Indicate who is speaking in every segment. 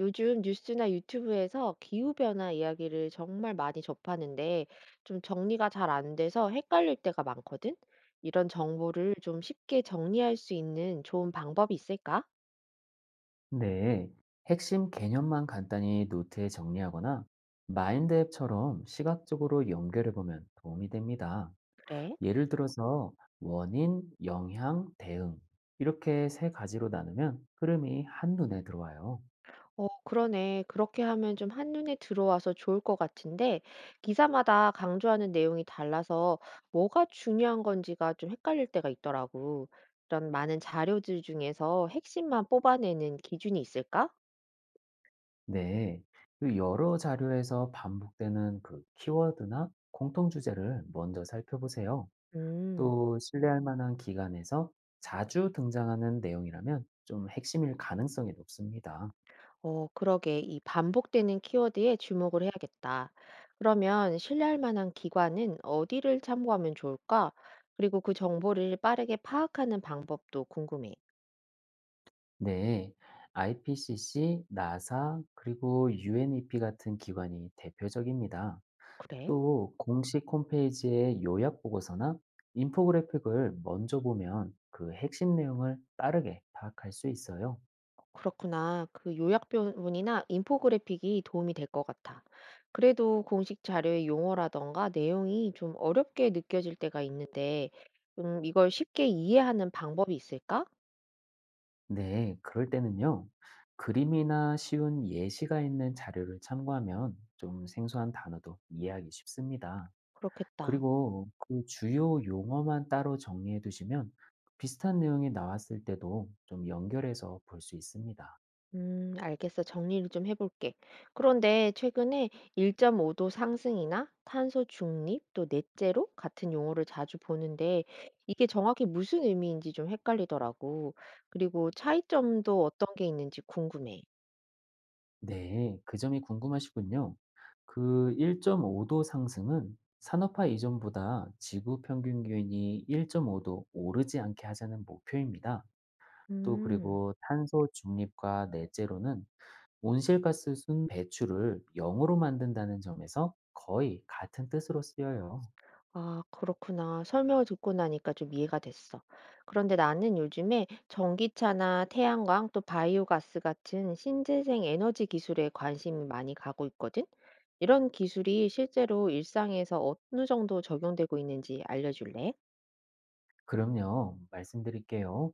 Speaker 1: 요즘 뉴스나 유튜브에서 기후변화 이야기를 정말 많이 접하는데 좀 정리가 잘 안 돼서 헷갈릴 때가 많거든? 이런 정보를 좀 쉽게 정리할 수 있는 좋은 방법이 있을까?
Speaker 2: 네, 핵심 개념만 간단히 노트에 정리하거나 마인드 앱처럼 시각적으로 연결해 보면 도움이 됩니다.
Speaker 1: 그래?
Speaker 2: 예를 들어서 원인, 영향, 대응 이렇게 세 가지로 나누면 흐름이 한눈에 들어와요.
Speaker 1: 어, 그러네. 그렇게 하면 좀 한눈에 들어와서 좋을 것 같은데 기사마다 강조하는 내용이 달라서 뭐가 중요한 건지가 좀 헷갈릴 때가 있더라고. 이런 많은 자료들 중에서 핵심만 뽑아내는 기준이 있을까?
Speaker 2: 네, 여러 자료에서 반복되는 그 키워드나 공통 주제를 먼저 살펴보세요.
Speaker 1: 음.
Speaker 2: 또 신뢰할 만한 기관에서 자주 등장하는 내용이라면 좀 핵심일 가능성이 높습니다.
Speaker 1: 어, 그러게. 이 반복되는 키워드에 주목을 해야겠다. 그러면 신뢰할 만한 기관은 어디를 참고하면 좋을까? 그리고 그 정보를 빠르게 파악하는 방법도 궁금해.
Speaker 2: 네, IPCC, 나사, 그리고 UNEP 같은 기관이 대표적입니다.
Speaker 1: 그래?
Speaker 2: 또 공식 홈페이지의 요약 보고서나 인포그래픽을 먼저 보면 그 핵심 내용을 빠르게 파악할 수 있어요.
Speaker 1: 그렇구나. 그 요약본이나 인포그래픽이 도움이 될 것 같아. 그래도 공식 자료의 용어라던가 내용이 좀 어렵게 느껴질 때가 있는데, 이걸 쉽게 이해하는 방법이 있을까?
Speaker 2: 네, 그럴 때는요. 그림이나 쉬운 예시가 있는 자료를 참고하면 좀 생소한 단어도 이해하기 쉽습니다.
Speaker 1: 그렇겠다.
Speaker 2: 그리고 그 주요 용어만 따로 정리해 두시면 비슷한 내용이 나왔을 때도 좀 연결해서 볼 수 있습니다.
Speaker 1: 알겠어. 정리를 좀 해볼게. 그런데 최근에 1.5도 상승이나 탄소 중립 또 넷제로 같은 용어를 자주 보는데 이게 정확히 무슨 의미인지 좀 헷갈리더라고. 그리고 차이점도 어떤 게 있는지 궁금해.
Speaker 2: 네, 그 점이 궁금하시군요. 그 1.5도 상승은 산업화 이전보다 지구 평균 기온이 1.5도 오르지 않게 하자는 목표입니다. 또
Speaker 1: 음.
Speaker 2: 그리고 탄소 중립과 넷제로는 온실가스 순 배출을 0으로 만든다는 점에서 거의 같은 뜻으로 쓰여요.
Speaker 1: 아, 그렇구나. 설명을 듣고 나니까 좀 이해가 됐어. 그런데 나는 요즘에 전기차나 태양광 또 바이오가스 같은 신재생 에너지 기술에 관심이 많이 가고 있거든. 이런 기술이 실제로 일상에서 어느 정도 적용되고 있는지 알려줄래?
Speaker 2: 그럼요. 말씀드릴게요.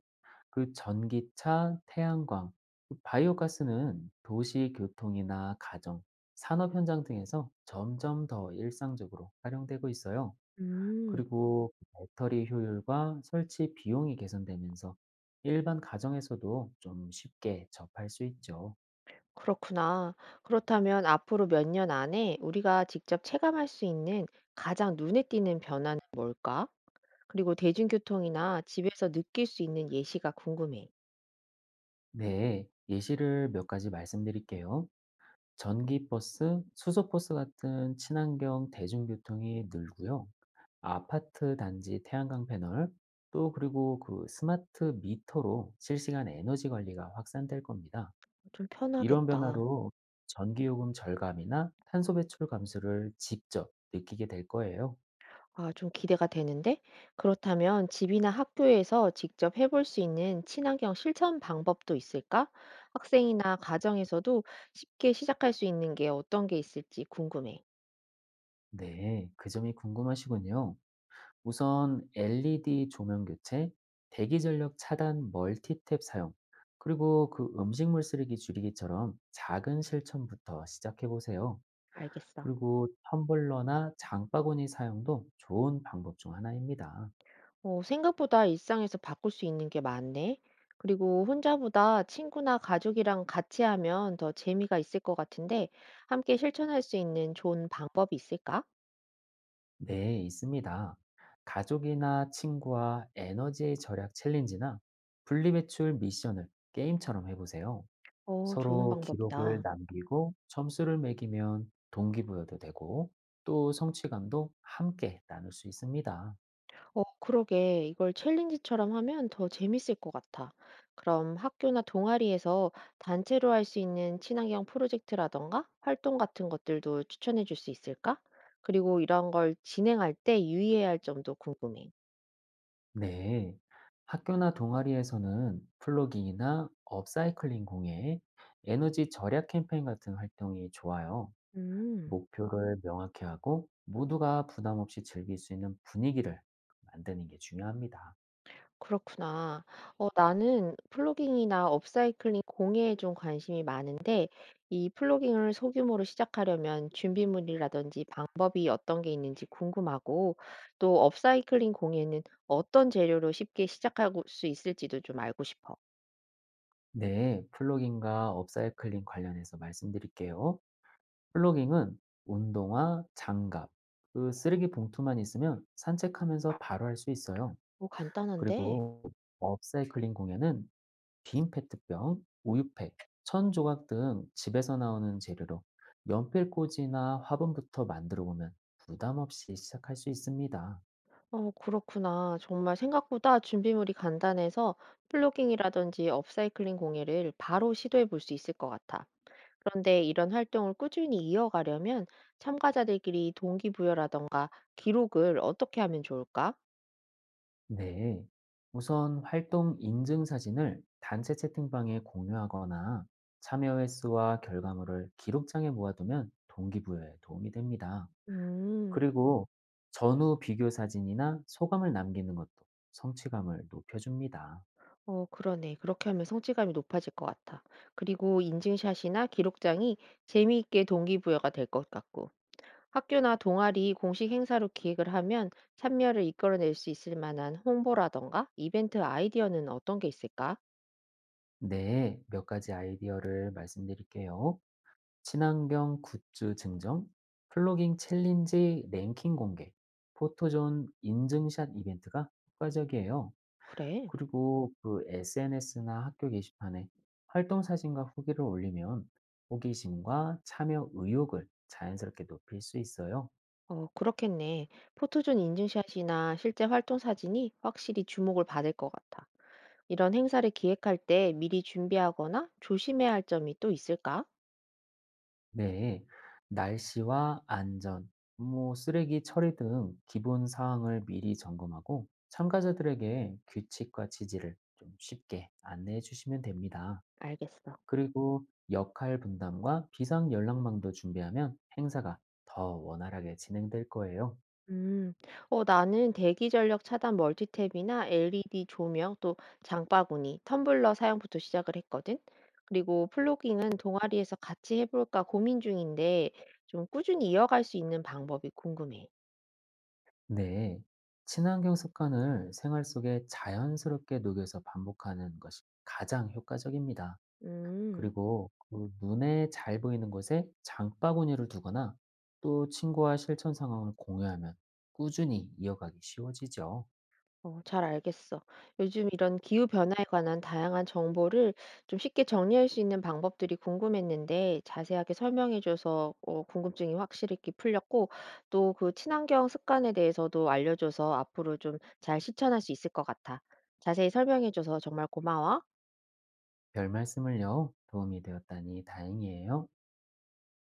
Speaker 2: 그 전기차, 태양광, 그 바이오가스는 도시 교통이나 가정, 산업 현장 등에서 점점 더 일상적으로 활용되고 있어요.
Speaker 1: 음,
Speaker 2: 그리고 배터리 효율과 설치 비용이 개선되면서 일반 가정에서도 좀 쉽게 접할 수 있죠.
Speaker 1: 그렇구나. 그렇다면 앞으로 몇 년 안에 우리가 직접 체감할 수 있는 가장 눈에 띄는 변화는 뭘까? 그리고 대중교통이나 집에서 느낄 수 있는 예시가 궁금해.
Speaker 2: 네, 예시를 몇 가지 말씀드릴게요. 전기버스, 수소버스 같은 친환경 대중교통이 늘고요. 아파트 단지 태양광 패널, 또 그리고 그 스마트 미터로 실시간 에너지 관리가 확산될 겁니다.
Speaker 1: 좀
Speaker 2: 이런
Speaker 1: 편하겠다.
Speaker 2: 변화로 전기요금 절감이나 탄소 배출 감소를 직접 느끼게 될 거예요.
Speaker 1: 아, 좀 기대가 되는데? 그렇다면 집이나 학교에서 직접 해볼 수 있는 친환경 실천 방법도 있을까? 학생이나 가정에서도 쉽게 시작할 수 있는 게 어떤 게 있을지 궁금해.
Speaker 2: 네, 그 점이 궁금하시군요. 우선 LED 조명 교체, 대기 전력 차단 멀티탭 사용, 그리고 음식물 쓰레기 줄이기처럼 작은 실천부터 시작해 보세요.
Speaker 1: 알겠어.
Speaker 2: 그리고 텀블러나 장바구니 사용도 좋은 방법 중 하나입니다.
Speaker 1: 어, 생각보다 일상에서 바꿀 수 있는 게 많네. 그리고 혼자보다 친구나 가족이랑 같이 하면 더 재미가 있을 것 같은데, 함께 실천할 수 있는 좋은 방법이 있을까?
Speaker 2: 네, 있습니다. 가족이나 친구와 에너지 절약 챌린지나 분리배출 미션을 게임처럼 해보세요.
Speaker 1: 어, 좋은
Speaker 2: 서로 기록을
Speaker 1: 방법이다.
Speaker 2: 남기고 점수를 매기면 동기부여도 되고 또 성취감도 함께 나눌 수 있습니다.
Speaker 1: 어, 그러게. 이걸 챌린지처럼 하면 더 재밌을 것 같아. 그럼 학교나 동아리에서 단체로 할 수 있는 친환경 프로젝트라던가 활동 같은 것들도 추천해 줄 수 있을까? 그리고 이런 걸 진행할 때 유의해야 할 점도 궁금해.
Speaker 2: 네. 학교나 동아리에서는 플로깅이나 업사이클링 공예, 에너지 절약 캠페인 같은 활동이 좋아요.
Speaker 1: 음.
Speaker 2: 목표를 명확히 하고 모두가 부담 없이 즐길 수 있는 분위기를 만드는 게 중요합니다.
Speaker 1: 그렇구나. 어, 나는 플로깅이나 업사이클링 공예에 좀 관심이 많은데 이 플로깅을 소규모로 시작하려면 준비물이라든지 방법이 어떤 게 있는지 궁금하고 또 업사이클링 공예는 어떤 재료로 쉽게 시작할 수 있을지도 좀 알고 싶어.
Speaker 2: 네, 플로깅과 업사이클링 관련해서 말씀드릴게요. 플로깅은 운동화, 장갑, 그 쓰레기 봉투만 있으면 산책하면서 바로 할 수 있어요.
Speaker 1: 어, 간단한데?
Speaker 2: 그리고 업사이클링 공예는 빈 페트병, 우유팩, 천 조각 등 집에서 나오는 재료로 연필꽂이나 화분부터 만들어 보면 부담 없이 시작할 수 있습니다.
Speaker 1: 어, 그렇구나. 정말 생각보다 준비물이 간단해서 플로깅이라든지 업사이클링 공예를 바로 시도해 볼 수 있을 것 같아. 그런데 이런 활동을 꾸준히 이어가려면 참가자들끼리 동기부여라던가 기록을 어떻게 하면 좋을까?
Speaker 2: 네. 우선 활동 인증 사진을 단체 채팅방에 공유하거나 참여 횟수와 결과물을 기록장에 모아두면 동기부여에 도움이 됩니다.
Speaker 1: 음,
Speaker 2: 그리고 전후 비교 사진이나 소감을 남기는 것도 성취감을 높여줍니다.
Speaker 1: 어, 그러네. 그렇게 하면 성취감이 높아질 것 같아. 그리고 인증샷이나 기록장이 재미있게 동기부여가 될 것 같고, 학교나 동아리 공식 행사로 기획을 하면 참여를 이끌어낼 수 있을 만한 홍보라던가 이벤트 아이디어는 어떤 게 있을까?
Speaker 2: 네, 몇 가지 아이디어를 말씀드릴게요. 친환경 굿즈 증정, 플로깅 챌린지 랭킹 공개, 포토존 인증샷 이벤트가 효과적이에요.
Speaker 1: 그래.
Speaker 2: 그리고 SNS나 학교 게시판에 활동 사진과 후기를 올리면 호기심과 참여 의욕을 자연스럽게 높일 수 있어요.
Speaker 1: 어, 그렇겠네. 포토존 인증샷이나 실제 활동 사진이 확실히 주목을 받을 것 같아. 이런 행사를 기획할 때 미리 준비하거나 조심해야 할 점이 또 있을까?
Speaker 2: 네. 날씨와 안전, 뭐 쓰레기 처리 등 기본 사항을 미리 점검하고 참가자들에게 규칙과 지지를 좀 쉽게 안내해 주시면 됩니다.
Speaker 1: 알겠어.
Speaker 2: 그리고 역할 분담과 비상 연락망도 준비하면 행사가 더 원활하게 진행될 거예요.
Speaker 1: 음, 어, 나는 대기 전력 차단 멀티탭이나 LED 조명, 또 장바구니, 텀블러 사용부터 시작을 했거든. 그리고 플로깅은 동아리에서 같이 해볼까 고민 중인데 좀 꾸준히 이어갈 수 있는 방법이 궁금해.
Speaker 2: 네, 친환경 습관을 생활 속에 자연스럽게 녹여서 반복하는 것이 가장 효과적입니다.
Speaker 1: 음.
Speaker 2: 그리고 눈에 잘 보이는 곳에 장바구니를 두거나 또 친구와 실천 상황을 공유하면 꾸준히 이어가기 쉬워지죠.
Speaker 1: 어, 잘 알겠어. 요즘 이런 기후 변화에 관한 다양한 정보를 좀 쉽게 정리할 수 있는 방법들이 궁금했는데 자세하게 설명해줘서 궁금증이 확실히 이렇게 풀렸고 또 그 친환경 습관에 대해서도 알려줘서 앞으로 좀 잘 실천할 수 있을 것 같아. 자세히 설명해줘서 정말 고마워.
Speaker 2: 별 말씀을요. 도움이 되었다니 다행이에요.